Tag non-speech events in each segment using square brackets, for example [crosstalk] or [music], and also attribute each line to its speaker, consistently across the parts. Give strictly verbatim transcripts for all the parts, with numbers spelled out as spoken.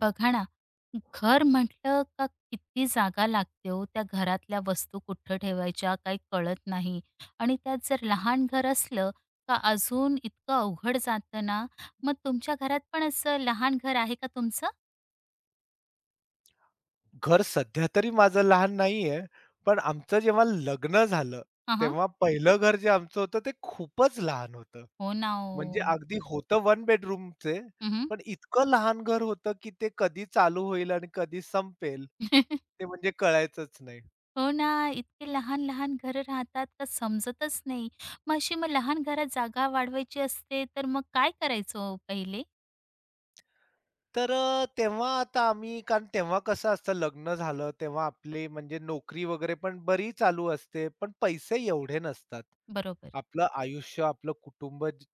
Speaker 1: बघा ना, घर म्हटलं का किती जागा लागते हो, त्या घरातल्या वस्तू कुठं ठेवायच्या काही कळत नाही आणि त्यात जर लहान घर असलं का अजून इतकं अवघड जातं ना. मग तुमच्या घरात पण असं लहान घर आहे का तुमचं?
Speaker 2: घर सध्या तरी माझं लहान नाहीये, पण आमचं जेव्हा लग्न झालं,
Speaker 1: हां, हां.
Speaker 2: तेव्हा पहिलं घर जे आमचं होतं ते खूपच लहान होतं.
Speaker 1: हो ना
Speaker 2: म्हणजे
Speaker 1: ओ.
Speaker 2: अगदी होतं वन बेडरूमचे,
Speaker 1: हं,
Speaker 2: पण इतकं लहान घर होतं, की ते कधी चालू होईल आणि कधी संपेल,
Speaker 1: [laughs]
Speaker 2: ते म्हणजे कळायचंच नाही.
Speaker 1: हो ना, इतके लहान-लहान घरं राहतात का समजतच नाही. मग अशी मग लहान घरात जागा वाढवायची असते, तर मग काय करायचं हो पहिले?
Speaker 2: तर अ, तेव्हा आता आम्ही कारण तेव्हा कसं असतं लग्न झालं, तेव्हा आपली म्हणजे नोकरी वगैरे पण बरी चालू असते, पण पैसे एवढे नसतात.
Speaker 1: बरोबर.
Speaker 2: आपलं आयुष्य, आपलं कुटुंब ज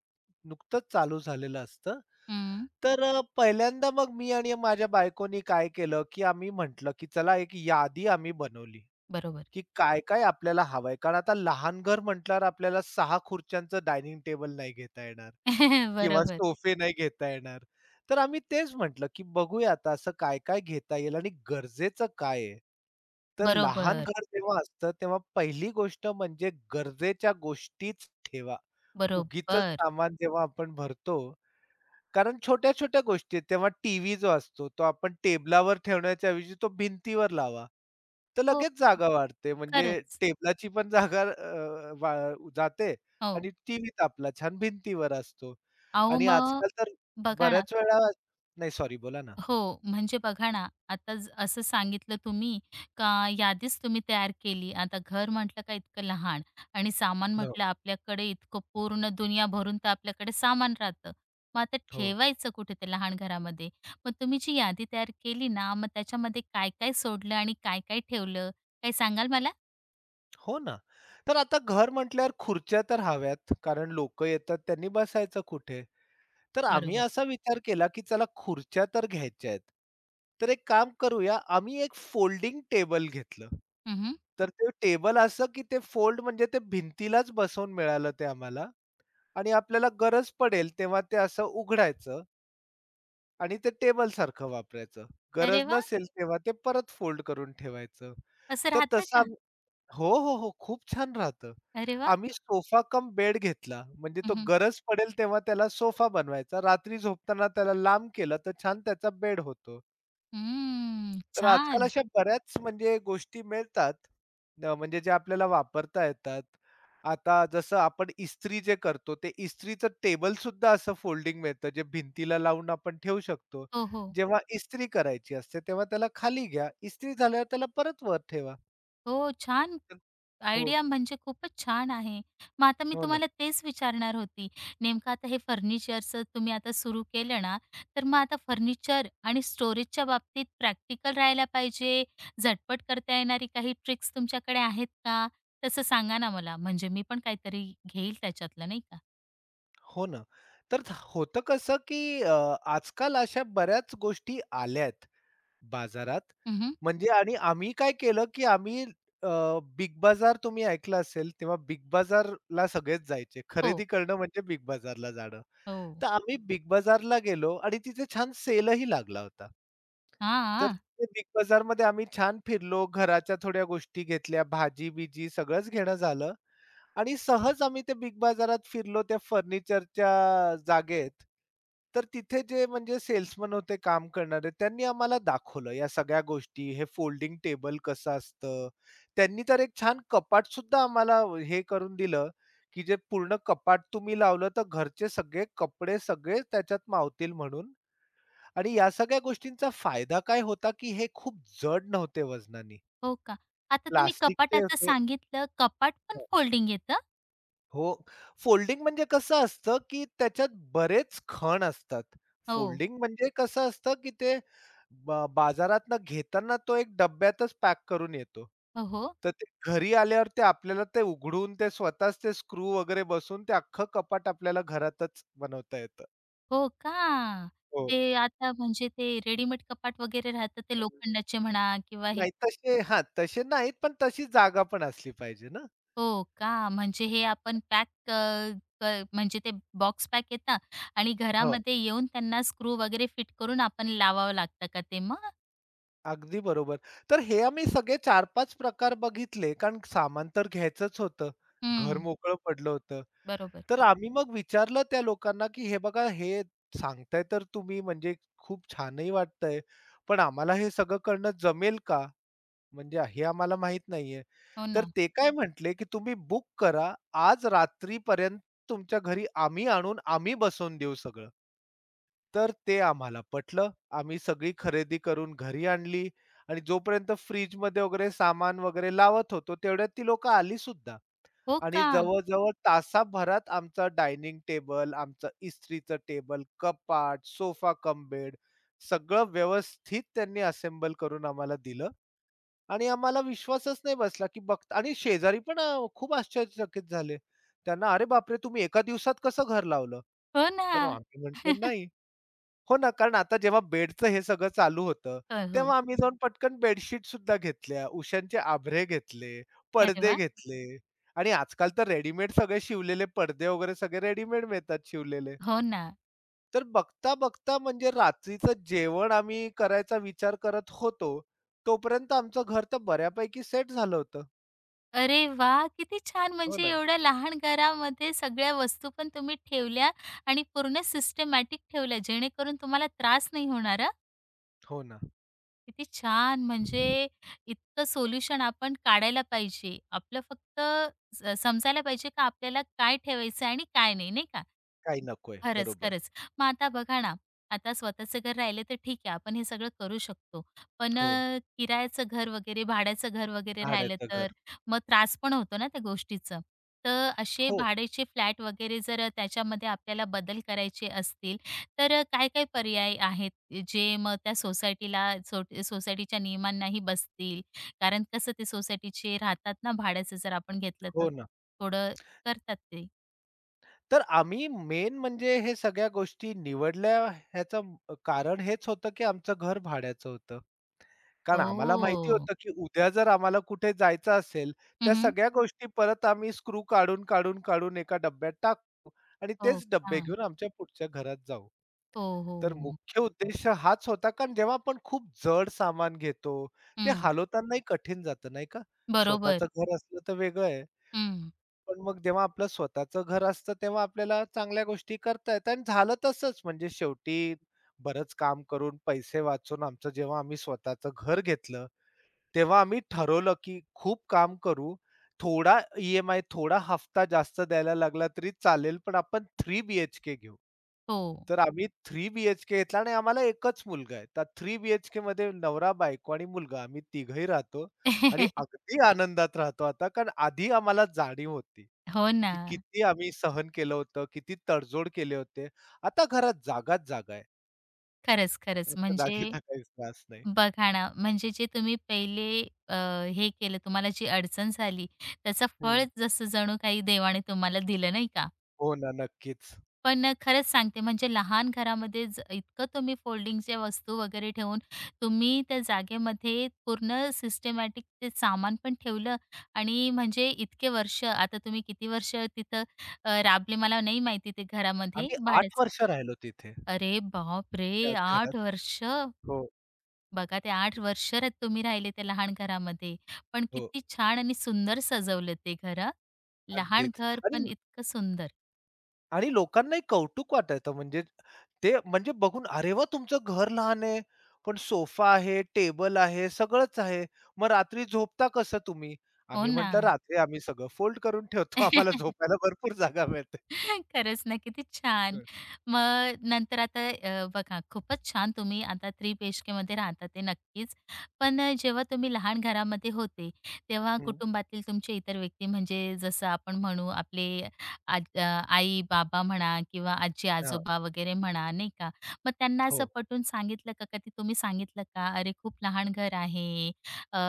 Speaker 2: नुकतंच चालू झालेलं असतं.
Speaker 1: हं,
Speaker 2: तर अ, पहिल्यांदा मग मी आणि माझ्या बायकोनी काय केलं, की आम्ही म्हटलं, की चला एक यादी आम्ही बनवली,
Speaker 1: बरोबर.
Speaker 2: की काय-काय आपल्याला हवंय. कारण आता लहान घर म्हटल्यावर आपल्याला सहा खुर्च्यांचं डायनिंग टेबल नाही घेता येणार
Speaker 1: [laughs]
Speaker 2: किंवा
Speaker 1: बरोबर,
Speaker 2: सोफे नाही घेता येणार. तर आम्ही तेच म्हटलं, की बघूया आता असं काय-काय घेता येईल आणि गरजेचं काय आहे? तर लहान
Speaker 1: बरोबर.
Speaker 2: घर जेव्हा असतं, तेव्हा पहिली गोष्ट म्हणजे गरजेच्या गोष्टीच ठेवा. उगीचच
Speaker 1: बरोबर.
Speaker 2: सामान जेव्हा आपण भरतो, कारण छोट्या-छोट्या गोष्टी आहेत. तेव्हा टीव्ही जो असतो, तो आपण टेबलावर ठेवण्याच्या ऐवजी तो भिंतीवर लावा. तर
Speaker 1: हो,
Speaker 2: लगेच जागा वाढते. म्हणजे
Speaker 1: खरंच.
Speaker 2: टेबलाची पण जागा अ, वा जाते
Speaker 1: हो.
Speaker 2: आणि टीव्हीच आपला छान भिंतीवर असतो.
Speaker 1: अहो,
Speaker 2: आणि
Speaker 1: मग
Speaker 2: आजकाल तर
Speaker 1: बघा ना
Speaker 2: बऱ्याच वेळा नाही सॉरी बोला ना.
Speaker 1: हो, म्हणजे बघा ना, आता ज असं सांगितलं तुम्ही का यादीच तुम्ही तयार केली. आता घर म्हटलं का इतकं लहान आणि सामान
Speaker 2: हो,
Speaker 1: म्हटलं आपल्याकडे इतकं पूर्ण दुनिया भरून तर आपल्याकडे सामान राहतं. मग आता
Speaker 2: हो.
Speaker 1: ठेवायचं कुठे ते लहान घरामध्ये. मग तुम्ही जी यादी तयार केली ना, मग त्याच्यामध्ये काय-काय सोडलं आणि काय-काय ठेवलं? काही सांगाल मला?
Speaker 2: हो ना. तर आता घर म्हटल्यावर खुर्च्या तर हव्यात, कारण लोकं येतात त्यांनी बसायचं कुठे? तर आम्ही
Speaker 1: बरोबर.
Speaker 2: असा विचार केला, की चला खुर्च्या तर घ्यायच्या आहेत. तर एक काम करूया, आम्ही एक फोल्डिंग टेबल घेतलं.
Speaker 1: हं,
Speaker 2: तर ते टेबल असं, की ते फोल्ड म्हणजे ते भिंतीलाच बसवून मिळालं ते आम्हाला आणि आपल्याला गरज पडेल तेव्हा ते असं उघडायचं आणि ते टेबलसारखं वापरायचं. गरज
Speaker 1: अरे वाह!
Speaker 2: नसेल तेव्हा ते परत फोल्ड करून ठेवायचं.
Speaker 1: असं
Speaker 2: तर
Speaker 1: राहतं
Speaker 2: तसं
Speaker 1: का?
Speaker 2: आम्ही हो, हो, हो. खूप छान राहतं.
Speaker 1: अरे वाह!
Speaker 2: आम्ही सोफा कम बेड घेतला. म्हणजे तो गरज पडेल तेव्हा त्याला सोफा बनवायचा. रात्री झोपताना त्याला लांब केलं तर छान त्याचा बेड होतो.
Speaker 1: हम्म.
Speaker 2: तर आजकाल
Speaker 1: छान.
Speaker 2: अशा बऱ्याच म्हणजे गोष्टी मिळतात. अ, म्हणजे जे आपल्याला वापरता येतात. आता जसं आपण इस्त्री जे करतो, ते इस्त्रीचं टेबल सुद्धा असं फोल्डिंग मिळतं, जे भिंतीला लावून आपण ठेवू शकतो.
Speaker 1: हो, हो.
Speaker 2: जेव्हा इस्त्री करायची असते, तेव्हा त्याला खाली घ्या. इस्त्री झाल्यावर त्याला परत वर ठेवा.
Speaker 1: हो, छान
Speaker 2: हो,
Speaker 1: आयडिया म्हणजे खूपच छान आहे. मग आता मी
Speaker 2: हो ना.
Speaker 1: तुम्हाला तेच विचारणार होती. नेमकं आता हे फर्निचरचं तुम्ही आता सुरू केलं ना, तर मग आता फर्निचर आणि स्टोरेजच्या बाबतीत प्रॅक्टिकल राहायला पाहिजे, झटपट करता येणारी काही ट्रिक्स तुमच्याकडे आहेत का? तसं सांगा ना मला, म्हणजे मी पण काहीतरी घेईल त्याच्यातलं नाही का?
Speaker 2: हो ना. तर थ- होतं कसं, की अ, आजकाल अशा बऱ्याच गोष्टी आल्यात बाजारात.
Speaker 1: हं,
Speaker 2: म्हणजे आणि आम्ही काय केलं, की आम्ही अ, बिग बाजार तुम्ही ऐकलं असेल, तेव्हा बिग बाजारला सगळेच जायचे.
Speaker 1: हो,
Speaker 2: खरेदी करणं म्हणजे बिग बाजारला जाणं.
Speaker 1: हो.
Speaker 2: तर आम्ही बिग बाजारला गेलो आणि तिथे छान सेलही लागला होता. तर
Speaker 1: हां.
Speaker 2: ते बिग बाजारमध्ये आम्ही छान फिरलो. घराच्या थोड्या गोष्टी घेतल्या, भाजी-बिजी सगळंच घेणं झालं. आणि सहज आम्ही ते बिग बाजारात फिरलो त्या फर्निचरच्या जागेत. तर तिथे जे म्हणजे सेल्समन होते काम करणारे, त्यांनी आम्हाला दाखवलं या सगळ्या गोष्टी. हे फोल्डिंग टेबल कसं असतं. त्यांनी तर एक छान कपाट सुद्धा आम्हाला हे करून दिलं, की जे पूर्ण कपाट तुम्ही लावलं तर घरचे सगळे कपडे सगळे त्याच्यात मावतील म्हणून. आणि या सगळ्या गोष्टींचा फायदा काय होता, की हे खूप जड नव्हते वजनानी.
Speaker 1: हो का? आता तुम्ही
Speaker 2: प्लास्टिकचे
Speaker 1: कपाटाचं
Speaker 2: होते. हो.
Speaker 1: सांगितलं, कपाट पण फोल्डिंग येतं?
Speaker 2: हो. फोल्डिंग म्हणजे कसं असतं, की त्याच्यात बरेच खण असतात.
Speaker 1: हो.
Speaker 2: फोल्डिंग म्हणजे कसं असतं, की ते बा बाजारातनं घेताना तो एक डब्यातच पॅक करून येतो.
Speaker 1: ओहो!
Speaker 2: तर ते घरी आल्यावर ते आपल्याला ते उघडून ते स्वतःच ते स्क्रू वगैरे बसून ते अख्खं कपाट आपल्याला घरातच बनवता येतं.
Speaker 1: हो का?
Speaker 2: हो.
Speaker 1: ते आता म्हणजे ते रेडीमेड कपाट वगैरे राहतं ते लोखंडाचे म्हणा किंवा हे
Speaker 2: नाही तसे हां, तसे नाहीत पण तशी जागा पण असली पाहिजे ना.
Speaker 1: हो का? म्हणजे हे आपण पॅक अ, क म्हणजे ते बॉक्स पॅक येतं आणि
Speaker 2: हो.
Speaker 1: घरामध्ये येऊन त्यांना स्क्रू वगैरे फिट करून आपण लावावं लागतं का ते मग?
Speaker 2: अगदी बरोबर. तर हे आम्ही सगळे चार-पाच प्रकार बघितले, कारण सामान तर घ्यायचंच होतं. घर
Speaker 1: हं,
Speaker 2: मोकळं पडलं होतं.
Speaker 1: बरोबर.
Speaker 2: तर आम्ही मग विचारलं त्या लोकांना, की "हे बघा, हे सांगताय तर तुम्ही म्हणजे खूप छानही वाटतंय, पण आम्हाला हे सगळं करणं जमेल का? म्हणजे हे आम्हाला माहीत नाहीये."
Speaker 1: हो
Speaker 2: तर
Speaker 1: ना.
Speaker 2: ते काय म्हटले, की "तुम्ही बुक करा. आज रात्रीपर्यंत तुमच्या घरी आम्ही आणून, आम्ही बसवून देऊ सगळं." तर ते आम्हाला पटलं. आम्ही सगळी खरेदी करून घरी आणली आणि जोपर्यंत फ्रिजमध्ये वगैरे सामान वगैरे लावत होतो, तेवढ्यात ती लोकं आली सुद्धा
Speaker 1: हो
Speaker 2: आणि
Speaker 1: का?
Speaker 2: जवळ-जवळ तासाभरात आमचा डायनिंग टेबल, आमचं इस्त्रीचं टेबल, कपाट, सोफा कम बेड सगळं व्यवस्थित त्यांनी असेंबल करून आम्हाला दिलं आणि आम्हाला विश्वासच नाही बसला, की बघता आणि शेजारी पण अ, खूप आश्चर्यचकित झाले. त्यांना "अरे बापरे! तुम्ही एका दिवसात कसं घर लावलं?"
Speaker 1: हो ना.
Speaker 2: तर आम्ही म्हटलं, "नाही." हो ना, कारण आता जेव्हा बेडचं हे सगळं चालू होतं,
Speaker 1: हो, हो.
Speaker 2: तेव्हा आम्ही जाऊन पटकन बेडशीट सुद्धा घेतल्या, उशांचे आभरे घेतले,
Speaker 1: अरे
Speaker 2: पडदे
Speaker 1: वाह!
Speaker 2: घेतले आणि आजकाल तर रेडीमेड सगळे शिवलेले पडदे वगैरे सगळे रेडीमेड मिळतात शिवलेले.
Speaker 1: हो ना.
Speaker 2: तर बघता-बघता म्हणजे रात्रीचं जेवण आम्ही करायचा विचार करत होतो, तोपर्यंत आमचं घर तर बऱ्यापैकी सेट झालं होतं.
Speaker 1: अरे वा, किती छान.
Speaker 2: हो
Speaker 1: म्हणजे
Speaker 2: ना,
Speaker 1: एवढ्या लहान घरामध्ये सगळ्या वस्तू पण तुम्ही ठेवल्या आणि पूर्ण सिस्टमॅटिक ठेवल्या, जेणेकरून तुम्हाला त्रास नाही होणार हां.
Speaker 2: हो ना.
Speaker 1: किती छान. म्हणजे इतकं सोल्युशन आपण काढायला पाहिजे. आपलं फक्त स समजायला पाहिजे का आपल्याला काय ठेवायचं आणि काय नाही, नाही का?
Speaker 2: काही नकोय.
Speaker 1: खरंच,
Speaker 2: बरोबर.
Speaker 1: खरंच. मग आता बघा ना, आता स्वतःचं घर राहिलं तर ठीक आहे, आपण हे सगळं करू शकतो. पण
Speaker 2: हो.
Speaker 1: अ, किरायाचं घर वगैरे, भाड्याचं घर वगैरे राहिलं
Speaker 2: भाड्याचं
Speaker 1: तर
Speaker 2: घर.
Speaker 1: मग त्रास पण होतो ना त्या गोष्टीचं. तर असे
Speaker 2: हो,
Speaker 1: भाड्याचे फ्लॅट वगैरे जर त्याच्यामध्ये आपल्याला बदल करायचे असतील, तर काय-काय पर्याय आहेत, जे मग त्या सोसायटीला सोट सोसायटीच्या नियमांनाही बसतील? कारण कसं ते सोसायटीचे राहतात ना, भाड्याचं जर आपण घेतलं तर
Speaker 2: हो ना.
Speaker 1: थोडं करतात ते.
Speaker 2: तर आम्ही मेन म्हणजे हे सगळ्या गोष्टी निवडल्या ह्याचं अ, कारण हेच होतं, की आमचं घर भाड्याचं होतं. कारण आम्हाला माहिती
Speaker 1: हो.
Speaker 2: होतं, की उद्या जर आम्हाला कुठे जायचं असेल, त्या
Speaker 1: हं,
Speaker 2: सगळ्या गोष्टी परत आम्ही स्क्रू काढून, काढून, काढून एका डब्यात टाकू आणि
Speaker 1: हो
Speaker 2: तेच डब्बे
Speaker 1: का?
Speaker 2: घेऊन आमच्या पुढच्या घरात जाऊ.
Speaker 1: हो, हो.
Speaker 2: तर
Speaker 1: हो.
Speaker 2: मुख्य उद्देश हाच होता, कारण जेव्हा आपण खूप जड सामान घेतो, ते
Speaker 1: हं.
Speaker 2: हलवतानाही कठीण जातं नाही का?
Speaker 1: बरोबर.
Speaker 2: स्वतःचं घर असलं तर वेगळं आहे.
Speaker 1: हं.
Speaker 2: पण मग जेव्हा आपलं स्वतःचं घर असतं, तेव्हा आपल्याला चांगल्या गोष्टी करता येतात आणि झालं तसंच. म्हणजे शेवटी बरंच काम करून, पैसे वाचून आमचं जेव्हा आम्ही स्वतःचं घर घेतलं, तेव्हा आम्ही ठरवलं, की खूप काम करू. थोडा ई थोडा हफ्ता जास्त द्यायला लागला तरी चालेल, पण आपण तीन बी घेऊ.
Speaker 1: हो.
Speaker 2: तर आम्ही तीन बी घेतला आणि आम्हाला एकच मुलगा आहे. तर तीन बी एच नवरा, बायको आणि मुलगा आम्ही तिघंही राहतो आणि
Speaker 1: [laughs]
Speaker 2: अगदी आनंदात राहतो आता, कारण आधी आम्हाला जाणीव होती.
Speaker 1: हो ना.
Speaker 2: की किती आम्ही सहन केलं होतं, किती तडजोड केले होते. आता घरात जागाच जागा आहे.
Speaker 1: खरंच, खरंच.
Speaker 2: आता
Speaker 1: म्हणजे
Speaker 2: जागेचा काहीच त्रास नाही.
Speaker 1: बघा ना, म्हणजे जे तुम्ही पहिले अ, हे केलं, तुम्हाला जी अडचण झाली, त्याचं फळ
Speaker 2: हं.
Speaker 1: जसं जणू काही देवाने तुम्हाला दिलं नाही का?
Speaker 2: हो ना, नक्कीच.
Speaker 1: पण अ, खरंच सांगते म्हणजे लहान घरामध्ये ज इतकं तुम्ही फोल्डिंगच्या वस्तू वगैरे ठेवून तुम्ही त्या जागेमध्ये पूर्ण सिस्टमॅटिक ते सामान पण ठेवलं आणि म्हणजे इतके वर्ष आता तुम्ही किती वर्ष तिथं अ, राबले मला नाही माहिती ते घरामध्ये
Speaker 2: आम्ही आठ
Speaker 1: भाड्याचं.
Speaker 2: वर्ष राहिलो तिथे
Speaker 1: अरे बापरे!
Speaker 2: त्याच
Speaker 1: आठ
Speaker 2: घरात.
Speaker 1: वर्ष.
Speaker 2: हो,
Speaker 1: बघा ते आठ वर्ष र तुम्ही राहिले त्या लहान घरामध्ये. पण
Speaker 2: हो.
Speaker 1: किती छान आणि सुंदर सजवलं ते घर लहान
Speaker 2: अगदीच.
Speaker 1: घर
Speaker 2: आणि
Speaker 1: पण इतकं सुंदर.
Speaker 2: आणि लोकांनाही कौतुक वाटायचं म्हणजे ते म्हणजे बघून, "अरे वाह! तुमचं घर लहान आहे, पण सोफा आहे, टेबल आहे, सगळंच आहे. मग रात्री झोपता कसं तुम्ही?"
Speaker 1: हो
Speaker 2: आम्ही
Speaker 1: ना.
Speaker 2: म्हटलं, "रात्री आम्ही सगळं फोल्ड करून ठेवतो. आम्हाला
Speaker 1: [laughs]
Speaker 2: झोपायला भरपूर जागा मिळते."
Speaker 1: [laughs] खरंच ना, किती छान.
Speaker 2: हं,
Speaker 1: मग नंतर आता अ, बघा खूपच छान तुम्ही आता थ्री BHKमध्ये राहता ते नक्कीच. पण अ, जेव्हा तुम्ही लहान घरामध्ये होते, तेव्हा
Speaker 2: हं.
Speaker 1: कुटुंबातील तुमचे इतर व्यक्ती म्हणजे जसं आपण म्हणू आपले आज अ, आई-बाबा म्हणा किंवा
Speaker 2: हां.
Speaker 1: आजी-आजोबा वगैरे म्हणा, नाही का. मग त्यांना असं
Speaker 2: हो,
Speaker 1: पटवून सांगितलं का? कधी तुम्ही सांगितलं का? "अरे, खूप लहान घर आहे. अ,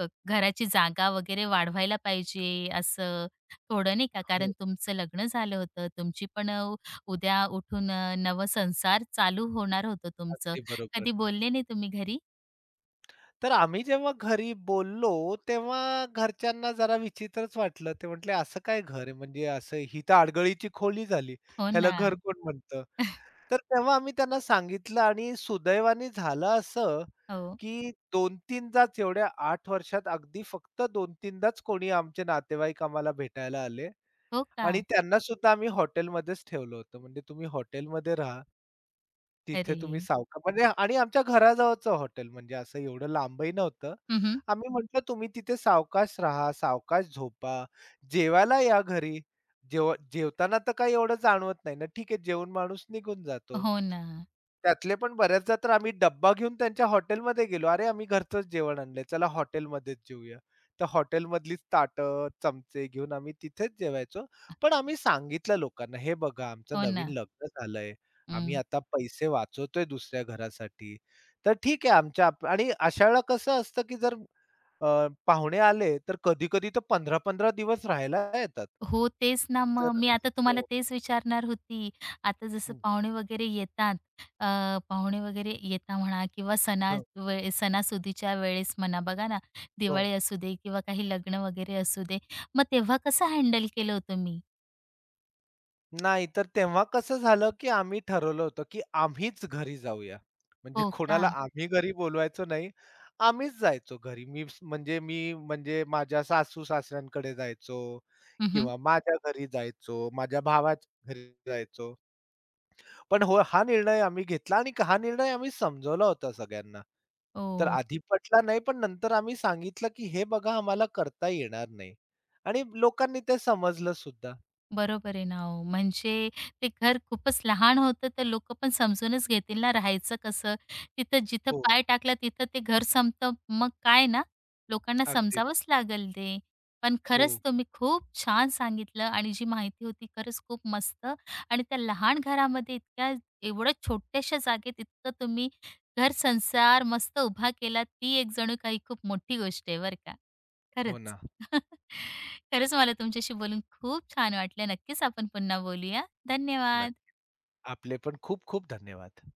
Speaker 1: क घराची जागा वगैरे वाढवायला पाहिजे." असं. थोडं नाही का,
Speaker 2: हो.
Speaker 1: कारण तुमचं लग्न झालं होतं. तुमची पण अ, उद्या उठून अ, नवसंसार चालू होणार होतं तुमचं.
Speaker 2: अगदी बरोबर.
Speaker 1: कधी बोलले नाही तुम्ही घरी?
Speaker 2: तर आम्ही जेव्हा घरी बोललो, तेव्हा घरच्यांना जरा विचित्रच वाटलं. ते म्हटले, "असं काय घर आहे? म्हणजे असं ही तर आडगळीची खोली झाली.
Speaker 1: हो
Speaker 2: ह्याला
Speaker 1: ना.
Speaker 2: घर कोण म्हणतं?" तर तेव्हा आम्ही त्यांना सांगितलं आणि सुदैवाने झालं असं,
Speaker 1: हो.
Speaker 2: की दोन-3दाच एवढ्या आठ वर्षात अगदी फक्त दोन-3दाच कोणी आमचे नातेवाईक आम्हाला भेटायला आले
Speaker 1: हो का?
Speaker 2: आणि त्यांनासुद्धा आम्ही हॉटेलमध्येच ठेवलं होतं. म्हणजे तुम्ही हॉटेलमध्ये राहा. तिथे
Speaker 1: अरे!
Speaker 2: तुम्ही सावका म्हणजे आणि आमच्या घराजवळचं हॉटेल म्हणजे असं एवढं लांबही नव्हतं.
Speaker 1: हं, हं.
Speaker 2: आम्ही म्हटलं, "तुम्ही तिथे सावकाश राहा, सावकाश झोपा, जेवायला या घरी. जेव जेवताना तर काही एवढं जाणवत नाही ना, ठीक आहे, जेवून माणूस निघून जातो."
Speaker 1: हो ना.
Speaker 2: त्यातले पण बऱ्याचदा तर आम्ही डब्बा घेऊन त्यांच्या हॉटेलमध्ये गेलो. "अरे, आम्ही घरचंच जेवण आणलंय, चला हॉटेलमध्येच जेऊया." तर हॉटेलमधलीच ताटं, चमचे घेऊन आम्ही तिथेच जेवायचो. पण आम्ही सांगितलं लोकांना, "हे बघा, आमचं
Speaker 1: हो
Speaker 2: नवीन
Speaker 1: ना.
Speaker 2: लग्न झालंय." आम्ही
Speaker 1: हं.
Speaker 2: आता पैसे वाचवतोय दुसऱ्या घरासाठी. तर ठीक आहे आमच्या आप आणि अशा वेळेला कसं असतं, की जर अ, पाहुणे आले, तर कधी-कधी तर पंधरा-पंधरा दिवस राहायला येतात.
Speaker 1: हो, तेच ना मग.
Speaker 2: तर
Speaker 1: मी आता तुम्हाला
Speaker 2: हो,
Speaker 1: तेच विचारणार होती. आता जसं
Speaker 2: हं,
Speaker 1: पाहुणे वगैरे येतात, अ, पाहुणे वगैरे येता म्हणा किंवा सणा
Speaker 2: हो,
Speaker 1: वे सणासुदीच्या वेळेस म्हणा, बघा ना,
Speaker 2: हो.
Speaker 1: दिवाळी असू दे किंवा काही लग्न वगैरे असू दे, मग तेव्हा कसं हँडल केलं हो तुम्ही?
Speaker 2: नाही, तर तेव्हा कसं झालं, की आम्ही ठरवलं होतं, की आम्हीच घरी जाऊया. म्हणजे
Speaker 1: हो का?
Speaker 2: कोणाला आम्ही घरी बोलवायचो नाही. आम्हीच जायचो घरी. मी स- म्हणजे मी म्हणजे माझ्या सासू-सासऱ्यांकडे जायचो
Speaker 1: हं,
Speaker 2: किंवा माझ्या घरी जायचो, माझ्या भावाच्या घरी जायचो. पण हो, हा निर्णय आम्ही घेतला आणि हा निर्णय आम्ही समजवला होता सगळ्यांना. तर
Speaker 1: हो.
Speaker 2: आधी पटला नाही, पण नंतर आम्ही सांगितलं, की "हे बघा आम्हाला करता येणार नाही." आणि लोकांनी ते समजलं सुद्धा.
Speaker 1: बरोबर आहे ना हो. म्हणजे ते घर खूपच लहान होतं, तर लोकं पण समजूनच घेतील ना राहायचं कसं. तिथं जिथं
Speaker 2: हो,
Speaker 1: पाय टाकला तिथं ते घर संपतं, मग काय ना? लोकांना
Speaker 2: अगदीच.
Speaker 1: समजावंच लागेल ते. पण
Speaker 2: हो,
Speaker 1: खरंच तुम्ही खूप छान सांगितलं आणि जी माहिती होती खरंच खूप मस्त आणि त्या लहान घरामध्ये इतक्या एवढ्या छोट्याशा जागेत इतकं तुम्ही घर-संसार मस्त उभा केला, ती एक जणू काही खूप मोठी गोष्ट आहे बरं का.
Speaker 2: हो
Speaker 1: खरंच.
Speaker 2: ना.
Speaker 1: [laughs] खरंच मला तुमच्याशी बोलून खूप छान वाटलं. नक्कीच आपण पुन्हा बोलूया. धन्यवाद.
Speaker 2: नक्की. आपले पण खूप खूप धन्यवाद.